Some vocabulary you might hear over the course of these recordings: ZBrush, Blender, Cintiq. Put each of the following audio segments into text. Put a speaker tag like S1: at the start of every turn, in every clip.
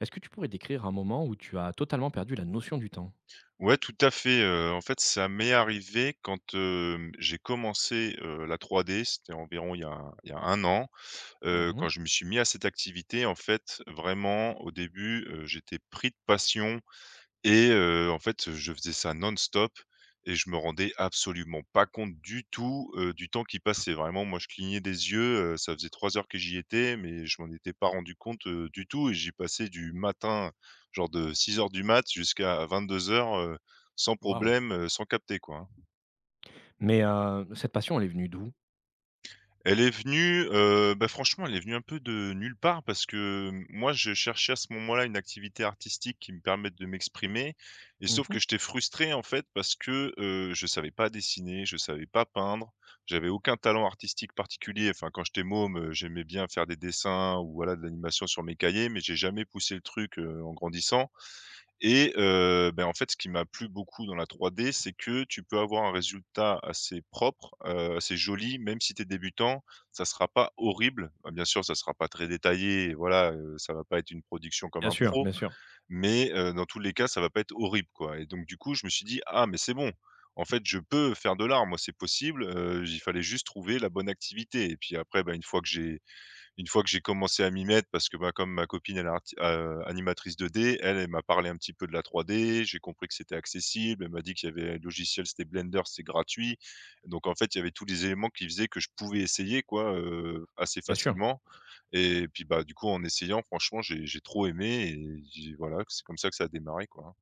S1: Est-ce que tu pourrais décrire un moment où tu as totalement perdu la notion du temps?
S2: Ouais, tout à fait, en fait, ça m'est arrivé quand, j'ai commencé, la trois d c'était environ il y a il y a 1 an,
S1: Mmh.
S2: quand je me suis mis à cette activité, en fait, vraiment, au début, j'étais pris de passion, et en fait, je faisais ça non-stop et je me rendais absolument pas compte du tout, du temps qui passait. Vraiment, moi, je clignais des yeux, ça faisait 3 heures que j'y étais, mais je m'en étais pas rendu compte, du tout et j'y passais du matin, genre de 6 heures du mat jusqu'à 22 h, sans
S1: Waouh!
S2: problème, sans capter, quoi, hein.
S1: Mais cette passion, elle est venue d'où?
S2: Elle est venue, bah, franchement, elle est venue un peu de nulle part parce que, mmh, moi, je cherchais à ce moment-là une activité artistique qui me permette de m'exprimer et sauf
S1: Mmh.
S2: que j'étais frustré, en fait, parce que, je savais pas dessiner, je savais pas peindre, j'avais aucun talent artistique particulier. Enfin, quand j'étais môme, j'aimais bien faire des dessins ou voilà de l'animation sur mes cahiers, mais j'ai jamais poussé le truc, en grandissant et ben, en fait, ce qui m'a plu beaucoup dans la 3D, c'est que tu peux avoir un résultat assez propre, assez joli, même si tu es débutant, ça sera pas horrible. Bah, bien sûr, ça sera pas très détaillé, voilà, ça va pas être une production comme
S1: Bien
S2: un
S1: sûr,
S2: pro,
S1: bien sûr,
S2: mais dans tous les cas, ça va pas être horrible, quoi et donc du coup, je me suis dit: «Ah mais c'est bon, en fait, je peux faire de l'art, moi, c'est possible», il fallait juste trouver la bonne activité et puis après, ben une fois que j'ai commencé à m'y mettre parce que, bah, comme ma copine elle est arti animatrice 2D, elle, elle m'a parlé un petit peu de la 3D, j'ai compris que c'était accessible, elle m'a dit qu'il y avait un logiciel, c'était Blender, c'est gratuit. Donc en fait, il y avait tous les éléments qui faisaient que je pouvais essayer quoi, assez
S1: bien sûr.
S2: facilement et puis, bah, du coup, en essayant, franchement, j'ai trop aimé et j'ai voilà, c'est comme ça que ça a démarré quoi, hein.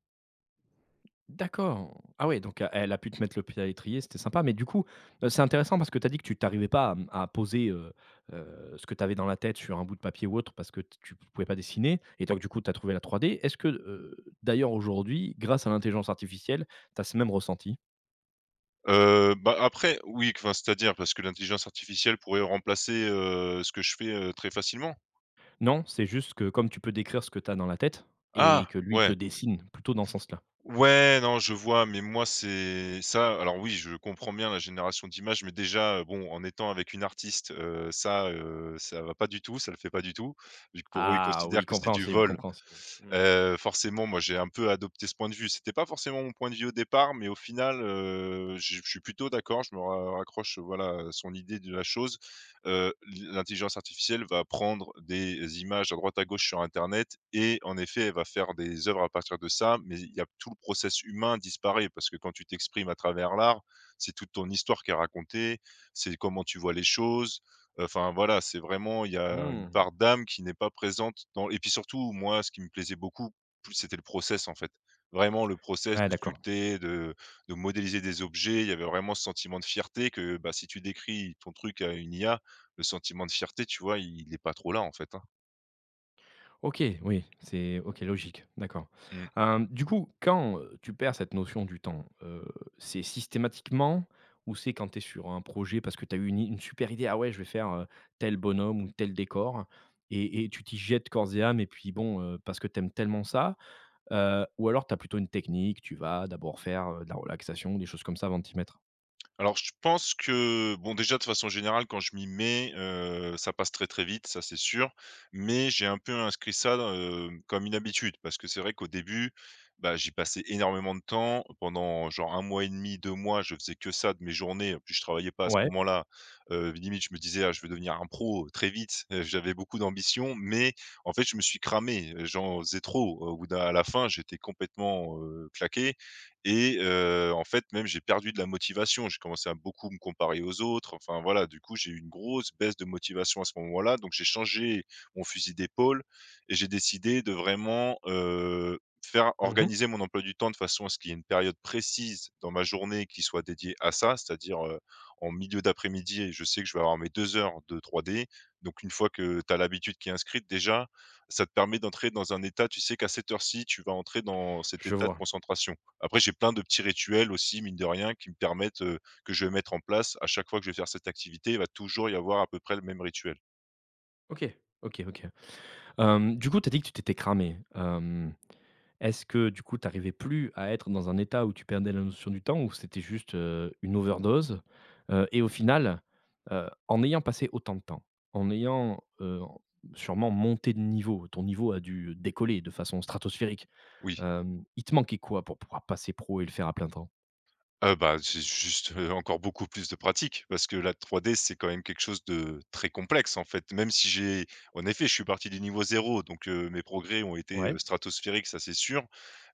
S1: D'accord. Ah oui. Donc elle a pu te mettre le pied à l'étrier, c'était sympa. Mais du coup, c'est intéressant parce que tu as dit que tu t'arrivais pas à, à poser, ce que tu avais dans la tête sur un bout de papier ou autre parce que t tu pouvais pas dessiner et donc du coup, tu as trouvé la 3D. Est-ce que, d'ailleurs, aujourd'hui, grâce à l'intelligence artificielle, tu as ce même ressenti?
S2: Bah, après oui, enfin, c'est-à-dire parce que l'intelligence artificielle pourrait remplacer, ce que je fais, très facilement?
S1: Non, c'est juste que comme tu peux décrire ce que tu as dans la tête et
S2: Ah!
S1: que lui te
S2: Ouais.
S1: le dessine plutôt dans ce sens-là.
S2: Ouais, non, je vois, mais moi, c'est ça alors oui, je comprends bien la génération d'images, mais déjà, bon, en étant avec une artiste, ça, ça va pas du tout, ça le fait pas du tout, vu que pour eux, ils
S1: Ah oui,
S2: considèrent que c'est du
S1: compréhensible,
S2: vol.
S1: compréhensible. Mmh.
S2: Forcément, moi, j'ai un peu adopté ce point de vue. C'était pas forcément mon point de vue au départ, mais au final, je suis plutôt d'accord. Je me ra raccroche, voilà, à son idée de la chose. Heu, l'intelligence artificielle va prendre des images à droite à gauche sur internet et en effet, elle va faire des œuvres à partir de ça, mais il y a tout le process humain disparaît parce que quand tu t'exprimes à travers l'art, c'est toute ton histoire qui est racontée, c'est comment tu vois les choses. Enfin voilà, c'est vraiment il y a une
S1: Mmh.
S2: part d'âme qui n'est pas présente dans et puis surtout, moi, ce qui me plaisait beaucoup, plus c'était le process, en fait. Vraiment le process
S1: Ouais,
S2: de
S1: d'accord.
S2: sculpter, de modéliser des objets. Il y avait vraiment ce sentiment de fierté que, bah, si tu décris ton truc à une IA, le sentiment de fierté, tu vois, il est pas trop là, en fait, hein.
S1: OK, oui, c'est OK, logique, d'accord.
S2: Mmh.
S1: Du coup, quand, tu perds cette notion du temps, c'est systématiquement ou c'est quand tu es sur un projet parce que tu as eu une i une super idée: «Ah ouais, je vais faire, tel bonhomme ou tel décor», et tu t'y jettes corps et âme et puis bon, parce que tu aimes tellement ça. Ou alors tu as plutôt une technique, tu vas d'abord faire, de la relaxation, des choses comme ça avant de t'y mettre?
S2: Alors je pense que, bon déjà de façon générale quand je m'y mets, ça passe très, très vite, ça c'est sûr. Mais j'ai un peu inscrit ça, comme une habitude parce que c'est vrai qu'au début, bah, j'y passais énormément de temps. Pendant genre un mois et demi 2 mois, je faisais que ça de mes journées. En plus je travaillais pas à ce
S1: Ouais.
S2: moment-là, limite je me disais: «Ah je veux devenir un pro très vite». J'avais beaucoup d'ambition, mais en fait je me suis cramé, j'en faisais trop. Au bout d'un à la fin, j'étais complètement, claqué et en fait, même j'ai perdu de la motivation. J'ai commencé à beaucoup me comparer aux autres. Enfin, voilà, du coup, j'ai eu une grosse baisse de motivation à ce moment-là. Donc j'ai changé mon fusil d'épaule et j'ai décidé de vraiment, faire
S1: Mmh.
S2: organiser mon emploi du temps de façon à ce qu'il y ait une période précise dans ma journée qui soit dédiée à ça. C'est-à-dire, en milieu d'après-midi, et je sais que je vais avoir mes 2 heures de 3D. Donc une fois que tu as l'habitude qui est inscrite déjà, ça te permet d'entrer dans un état, tu sais qu'à cette heure-ci, tu vas entrer dans cet
S1: Je
S2: état de
S1: vois.
S2: concentration. Après, j'ai plein de petits rituels aussi, mine de rien, qui me permettent, que je vais mettre en place. À chaque fois que je vais faire cette activité, il va toujours y avoir à peu près le même rituel.
S1: OK, OK, OK. Du coup, tu as dit que tu t'étais cramé. Est-ce que du coup, tu arrivais plus à être dans un état où tu perdais la notion du temps ou c'était juste, une overdose? Et au final, en ayant passé autant de temps, en ayant, sûrement monté de niveau, ton niveau a dû décoller de façon stratosphérique.
S2: Oui.
S1: Il te manquait quoi pour pouvoir passer pro et le faire à plein temps?
S2: Bah, j'ai juste, encore beaucoup plus de pratique parce que la 3D, c'est quand même quelque chose de très complexe, en fait. Même si j'ai en effet, je suis parti du niveau zéro, donc mes progrès ont été,
S1: Ouais.
S2: stratosphériques, ça c'est sûr,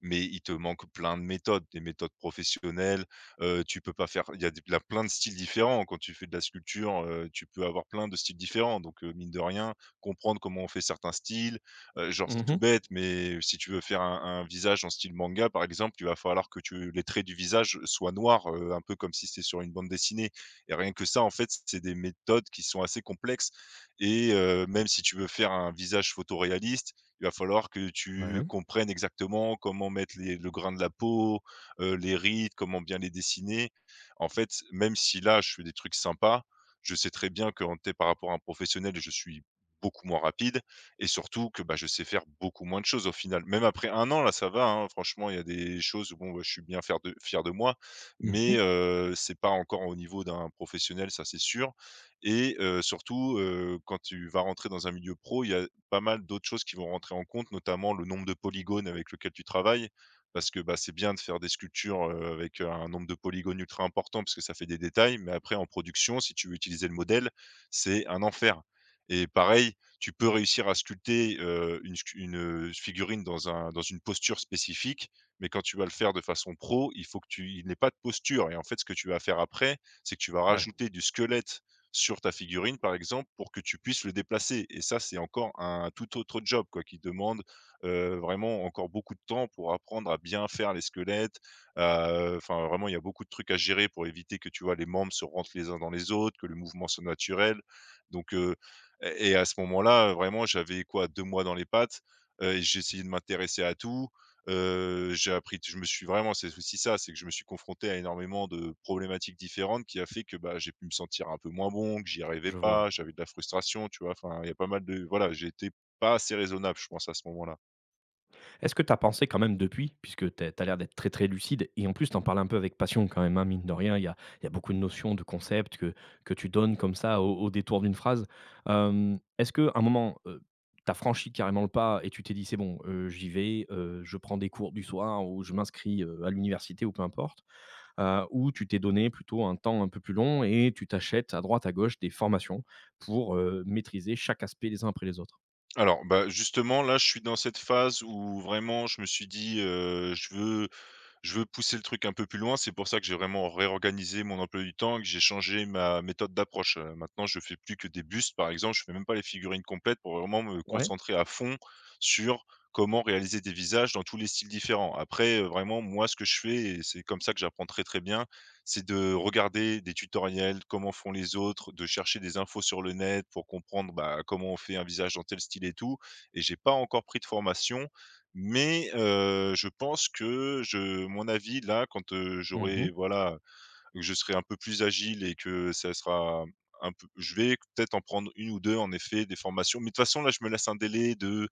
S2: mais il te manque plein de méthodes, des méthodes professionnelles, tu peux pas faire il y a des il plein de styles différents. Quand tu fais de la sculpture, tu peux avoir plein de styles différents donc mine de rien, comprendre comment on fait certains styles. Genre, c'est tout
S1: Mmh.
S2: bête, mais si tu veux faire un visage en style manga, par exemple, il va falloir que tu les traits du visage soient noirs, un peu comme si c'était sur une bande dessinée et rien que ça, en fait, c'est des méthodes qui sont assez complexes et même si tu veux faire un visage photoréaliste, il va falloir que tu
S1: Ouais.
S2: comprennes exactement comment mettre les le grain de la peau, les rides, comment bien les dessiner. En fait, même si là, je fais des trucs sympas, je sais très bien que, en tu par rapport à un professionnel, je suis beaucoup moins rapide et surtout que, bah, je sais faire beaucoup moins de choses au final. Même après 1 an là, ça va, hein, franchement, il y a des choses où bon, bah, je suis bien faire de fier de moi, mais
S1: Mmh.
S2: c'est pas encore au niveau d'un professionnel, ça c'est sûr et surtout, quand tu vas rentrer dans un milieu pro, il y a pas mal d'autres choses qui vont rentrer en compte, notamment le nombre de polygones avec lequel tu travailles. Parce que, bah, c'est bien de faire des sculptures, avec, un nombre de polygones ultra important parce que ça fait des détails, mais après en production, si tu veux utiliser le modèle, c'est un enfer et pareil, tu peux réussir à sculpter, une, figurine dans une posture spécifique, mais quand tu vas le faire de façon pro, il faut que tu il n'ait pas de posture et en fait, ce que tu vas faire après, c'est que tu vas
S1: Ouais,
S2: rajouter du squelette sur ta figurine, par exemple, pour que tu puisses le déplacer et ça, c'est encore un tout autre job, quoi, qui demande, vraiment encore beaucoup de temps pour apprendre à bien faire les squelettes, enfin, vraiment, il y a beaucoup de trucs à gérer pour éviter que, tu vois, les membres se rentrent les uns dans les autres, que le mouvement soit naturel donc et à ce moment-là, vraiment j'avais quoi? 2 mois dans les pattes, et j'ai essayé de m'intéresser à tout. J'ai appris je me suis vraiment c'est aussi ça, c'est que je me suis confronté à énormément de problématiques différentes qui a fait que, bah, j'ai pu me sentir un peu moins bon, que j'y arrivais
S1: je vois.
S2: pas, j'avais de la frustration, tu vois? Enfin, il y a pas mal de voilà, j'étais pas assez raisonnable, je pense, à ce moment-là.
S1: Est-ce que tu as pensé quand même depuis, puisque tu as l'air d'être très, très lucide et en plus tu en parles un peu avec passion quand même, hein, mine de rien, il y a beaucoup de notions, de concepts que tu donnes comme ça au détour d'une phrase. Est-ce qu'à un moment, tu as franchi carrément le pas et tu t'es dit: «C'est bon, j'y vais, je prends des cours du soir ou je m'inscris, à l'université» ou peu importe, ou tu t'es donné plutôt un temps un peu plus long et tu t'achètes à droite à gauche des formations pour, maîtriser chaque aspect les uns après les autres?
S2: Alors, bah, justement là, je suis dans cette phase où vraiment je me suis dit, Je veux pousser le truc un peu plus loin, c'est pour ça que j'ai vraiment réorganisé mon emploi du temps, que j'ai changé ma méthode d'approche. Maintenant je fais plus que des bustes, par exemple, je fais même pas les figurines complètes pour vraiment me
S1: Ouais.
S2: concentrer à fond sur comment réaliser des visages dans tous les styles différents. Après, vraiment moi ce que je fais et c'est comme ça que j'apprends très, très bien, c'est de regarder des tutoriels, comment font les autres, de chercher des infos sur le net pour comprendre, bah, comment on fait un visage dans tel style et tout. Et j'ai pas encore pris de formation, mais, je pense que je mon avis là, quand,
S1: Mmh.
S2: j'aurai voilà, que je serai un peu plus agile et que ça sera un peu, je vais peut-être en prendre une ou deux, en effet, des formations. Mais de toute façon là, je me laisse un délai de,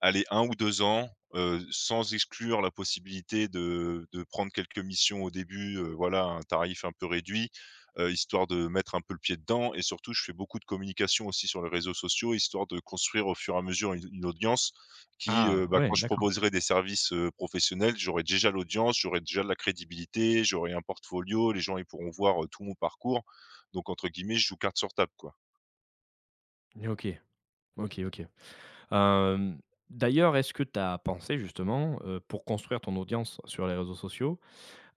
S2: aller, 1 ou 2 ans, sans exclure la possibilité de prendre quelques missions au début, voilà, à un tarif un peu réduit, histoire de mettre un peu le pied dedans. Et surtout, je fais beaucoup de communication aussi sur les réseaux sociaux, histoire de construire au fur et à mesure une audience qui,
S1: Ah
S2: bah,
S1: ouais,
S2: quand je
S1: d'accord.
S2: proposerai des services professionnels, j'aurai déjà l'audience, j'aurai déjà de la crédibilité, j'aurai un portfolio, les gens ils pourront voir tout mon parcours. Donc, entre guillemets, je joue carte sur table, quoi.
S1: OK, OK, OK. Hem, d'ailleurs, est-ce que tu as pensé justement, pour construire ton audience sur les réseaux sociaux,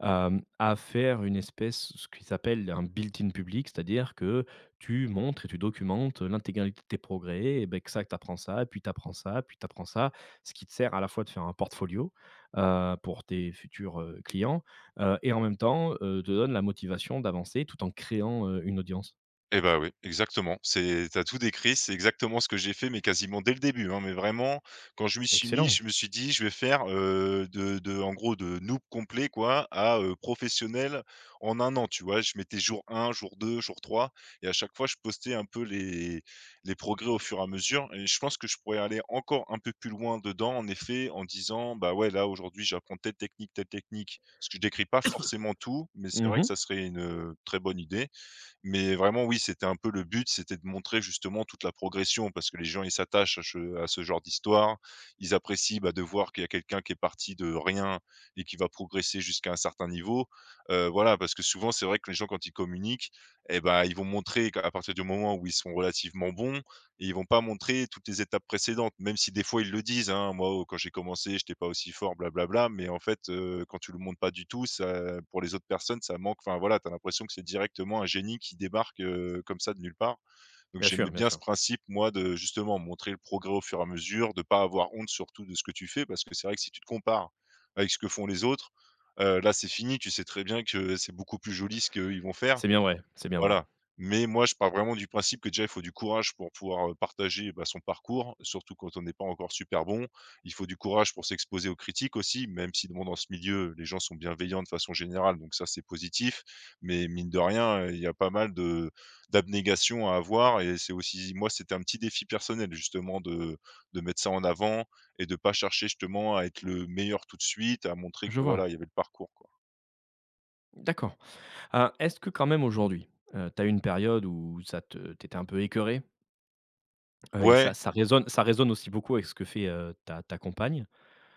S1: à faire une espèce ce qui s'appelle un built-in public? C'est-à-dire que tu montres et tu documentes l'intégralité de tes progrès et ben que ça, que tu apprends ça, puis tu apprends ça, puis tu apprends ça, ce qui te sert à la fois de faire un portfolio, pour tes futurs, clients, et en même temps, te donne la motivation d'avancer tout en créant, une audience.
S2: Eh bah, oui, exactement. C'est tu tout décrit, c'est exactement ce que j'ai fait, mais quasiment dès le début, hein. Mais vraiment, quand je m'y suis mis,
S1: Excellent.
S2: je me suis dit: «Je vais faire, de en gros, de noob complet, quoi, à, professionnel en 1 an», tu vois? Je mettais jour un, jour 2, jour 3, et à chaque fois, je postais un peu les progrès au fur et à mesure et je pense que je pourrais aller encore un peu plus loin dedans, en effet, en disant: «Bah, ouais, là, aujourd'hui, j'apprends telle technique, telle technique». Parce que je décris pas forcément tout, mais c'est vrai que
S1: Mmh.
S2: ça serait très bonne idée. Mais vraiment, oui, c'était un peu le but, c'était de montrer justement toute la progression parce que les gens, ils s'attachent à ce genre d'histoire. Ils apprécient, bah, de voir qu'il y a quelqu'un qui est parti de rien et qui va progresser jusqu'à un certain niveau. Voilà, parce que souvent, c'est vrai que les gens quand ils communiquent et ben ils vont montrer qu'à partir du moment où ils sont relativement bons, et ils vont pas montrer toutes les étapes précédentes, même si des fois ils le disent, hein, moi oh, quand j'ai commencé, j'étais pas aussi fort, blablabla, mais en fait, quand tu le montres pas du tout, ça, pour les autres personnes, ça manque, enfin voilà, t'as l'impression que c'est directement un génie qui débarque comme ça de nulle part. Donc
S1: Bien sûr,
S2: j'aimais
S1: bien
S2: bien ce
S1: sûr.
S2: principe, moi, de justement montrer le progrès au fur et à mesure, de pas avoir honte surtout de ce que tu fais, parce que c'est vrai que si tu te compares avec ce que font les autres, là c'est fini, tu sais très bien que c'est beaucoup plus joli ce qu'ils vont faire.
S1: C'est bien vrai, c'est bien vrai.
S2: Voilà, mais moi, je pars vraiment du principe que déjà, il faut du courage pour pouvoir, partager, bah, son parcours, surtout quand on n'est pas encore super bon. Il faut du courage pour s'exposer aux critiques aussi, même si bon, dans ce milieu, les gens sont bienveillants de façon générale, donc ça, c'est positif, mais mine de rien, il y a pas mal de d'abnégation à avoir, et c'est aussi moi, c'était un petit défi personnel, justement, de mettre ça en avant et de pas chercher justement à être le meilleur tout de suite, à montrer
S1: Je
S2: que
S1: vois,
S2: voilà, il y avait le parcours, quoi.
S1: d'accord. Est-ce que quand même aujourd'hui, tu as eu une période où ça te tu un peu écœurée? Et ça
S2: Ouais.
S1: ça résonne aussi beaucoup avec ce que fait, ta compagne.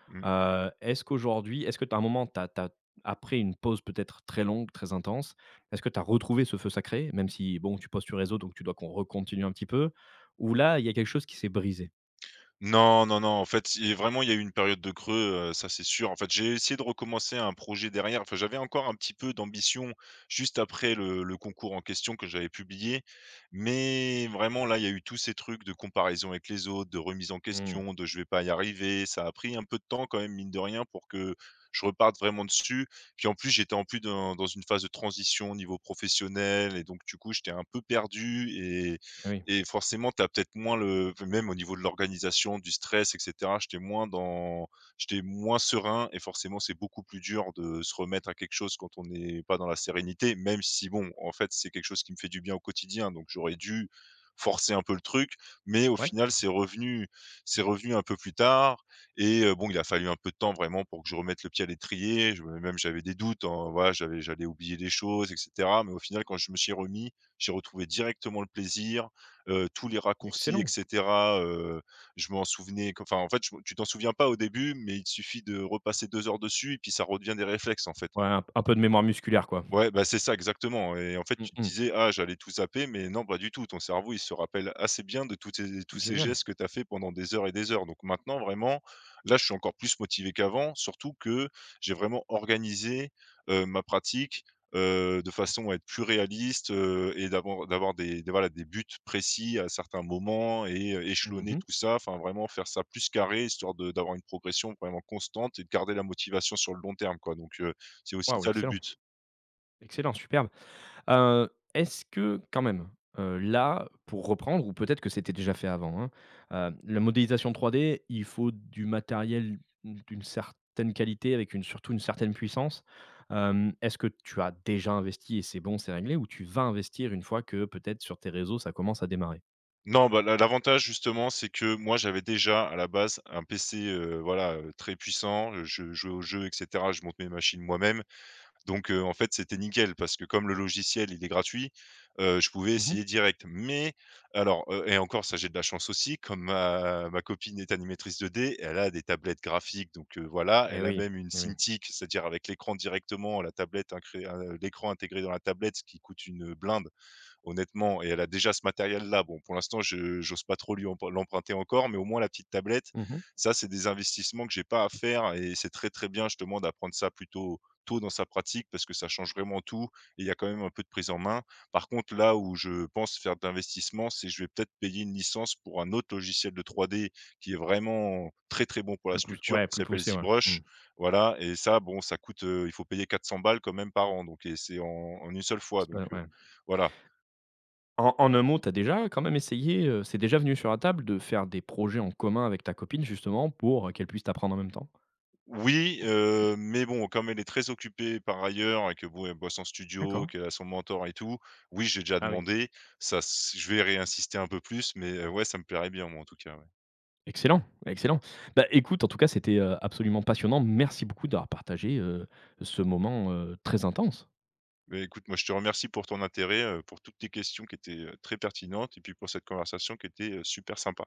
S2: Mmh.
S1: Est-ce qu'aujourd'hui est-ce que tu as un moment, t'as as après une pause peut-être très longue, très intense, est-ce que tu as retrouvé ce feu sacré? Même si bon, tu postes sur réseau, donc tu dois qu'on recontinue un petit peu? Ou là, il y a quelque chose qui s'est brisé?
S2: Non, non, non, en fait, il vraiment, il y a eu une période de creux, ça c'est sûr. En fait, j'ai essayé de recommencer un projet derrière, enfin, j'avais encore un petit peu d'ambition juste après le concours en question que j'avais publié, mais vraiment là, il y a eu tous ces trucs de comparaison avec les autres, de remise en
S1: Mmh,
S2: question, de je vais pas y arriver. Ça a pris un peu de temps quand même, mine de rien, pour que je reparte vraiment dessus. Puis en plus, j'étais en plus dans une phase de transition au niveau professionnel, et donc du coup, j'étais un peu perdu
S1: oui.
S2: et forcément, tu as peut-être moins le même au niveau de l'organisation, du stress, et cetera, j'étais moins serein et forcément, c'est beaucoup plus dur de se remettre à quelque chose quand on n'est pas dans la sérénité, même si bon, en fait, c'est quelque chose qui me fait du bien au quotidien, donc j'aurais dû forcer un peu le truc, mais au
S1: Ouais,
S2: final, c'est revenu un peu plus tard, et bon, il a fallu un peu de temps vraiment pour que je remette le pied à l'étrier. Je même j'avais des doutes, hein, voilà, j'allais oublier des choses, et cetera, mais au final, quand je me suis remis, j'ai retrouvé directement le plaisir, tous les raccourcis, et
S1: excellent.
S2: cetera. Je m'en souvenais qu- Enfin, en fait, je me tu t'en souviens pas au début, mais il te suffit de repasser 2 heures dessus et puis ça redevient des réflexes, en fait.
S1: Ouais, un peu de mémoire musculaire, quoi.
S2: Ouais, bah, c'est ça exactement et en fait,
S1: Mmh
S2: tu te
S1: mh.
S2: disais: «Ah, j'allais tout zapper», mais non, pas du tout. Ton cerveau, il se rappelle assez bien de tous ces
S1: Génial.
S2: gestes que tu as fait pendant des heures et des heures. Donc maintenant, vraiment, là, je suis encore plus motivé qu'avant, surtout que j'ai vraiment organisé, ma pratique, de façon à être plus réaliste, et d'avoir des voilà, des buts précis à certains moments, et échelonner
S1: Mmh.
S2: tout ça, enfin vraiment faire ça plus carré, histoire de d'avoir une progression vraiment constante et de garder la motivation sur le long terme, quoi. Donc c'est aussi
S1: Waouh,
S2: ça le
S1: excellent.
S2: but.
S1: Excellent, superbe. Est-ce que quand même, là, pour reprendre ou peut-être que c'était déjà fait avant, hein, la modélisation 3D il faut du matériel d'une certaine qualité avec une surtout une certaine puissance. Est-ce que tu as déjà investi et c'est bon, c'est réglé ou tu vas investir une fois que peut-être sur tes réseaux, ça commence à démarrer?
S2: Non, bah, l'avantage justement, c'est que moi j'avais déjà à la base un PC, voilà, très puissant, je jouais aux jeux, et cetera, je monte mes machines moi-même, donc en fait, c'était nickel parce que comme le logiciel, il est gratuit, je pouvais
S1: Mmh mh.
S2: essayer direct. Mais alors, et encore ça, j'ai de la chance aussi, comme ma copine est animatrice 2D, elle a des tablettes graphiques, donc voilà, elle a
S1: Oui,
S2: même une
S1: et oui.
S2: Cintiq, c'est-à-dire avec l'écran directement, la tablette incré l'écran intégré dans la tablette, ce qui coûte une blinde honnêtement, et elle a déjà ce matériel-là. Bon, pour l'instant, je j'ose pas trop lui empr l'emprunter encore, mais au moins la petite tablette,
S1: Mmh.
S2: ça, c'est des investissements que j'ai pas à faire, et c'est très, très bien justement d'apprendre ça plutôt tôt dans sa pratique parce que ça change vraiment tout, et il y a quand même un peu de prise en main. Par contre, là où je pense faire d'investissement, c'est je vais peut-être payer une licence pour un autre logiciel de 3D qui est vraiment très, très bon pour la
S1: Plus pouss
S2: sculpture,
S1: Ouais,
S2: qui
S1: plus
S2: s'appelle
S1: poussé, ouais. Mmh.
S2: ZBrush. Voilà, et ça, bon, ça coûte, il faut payer 400 balles quand même par an, donc, et c'est en une seule fois,
S1: C'est
S2: donc,
S1: pas ouais.
S2: voilà.
S1: En un mot, tu as déjà quand même essayé, c'est déjà venu sur la table de faire des projets en commun avec ta copine justement pour, qu'elle puisse t'apprendre en même temps?
S2: Oui, mais bon, comme elle est très occupée par ailleurs et que bon, elle bosse en studio,
S1: D'accord.
S2: qu'elle a son mentor et tout, oui, j'ai déjà
S1: Ah oui.
S2: demandé. Ça s je vais réinsister un peu plus, mais ouais, ça me plairait bien moi, en tout cas, ouais.
S1: Excellent, excellent. Bah, écoute, en tout cas, c'était, absolument passionnant. Merci beaucoup d'avoir partagé, ce moment, très intense.
S2: Mais écoute, moi, je te remercie pour ton intérêt, pour toutes tes questions qui étaient, très pertinentes, et puis pour cette conversation qui était, super sympa.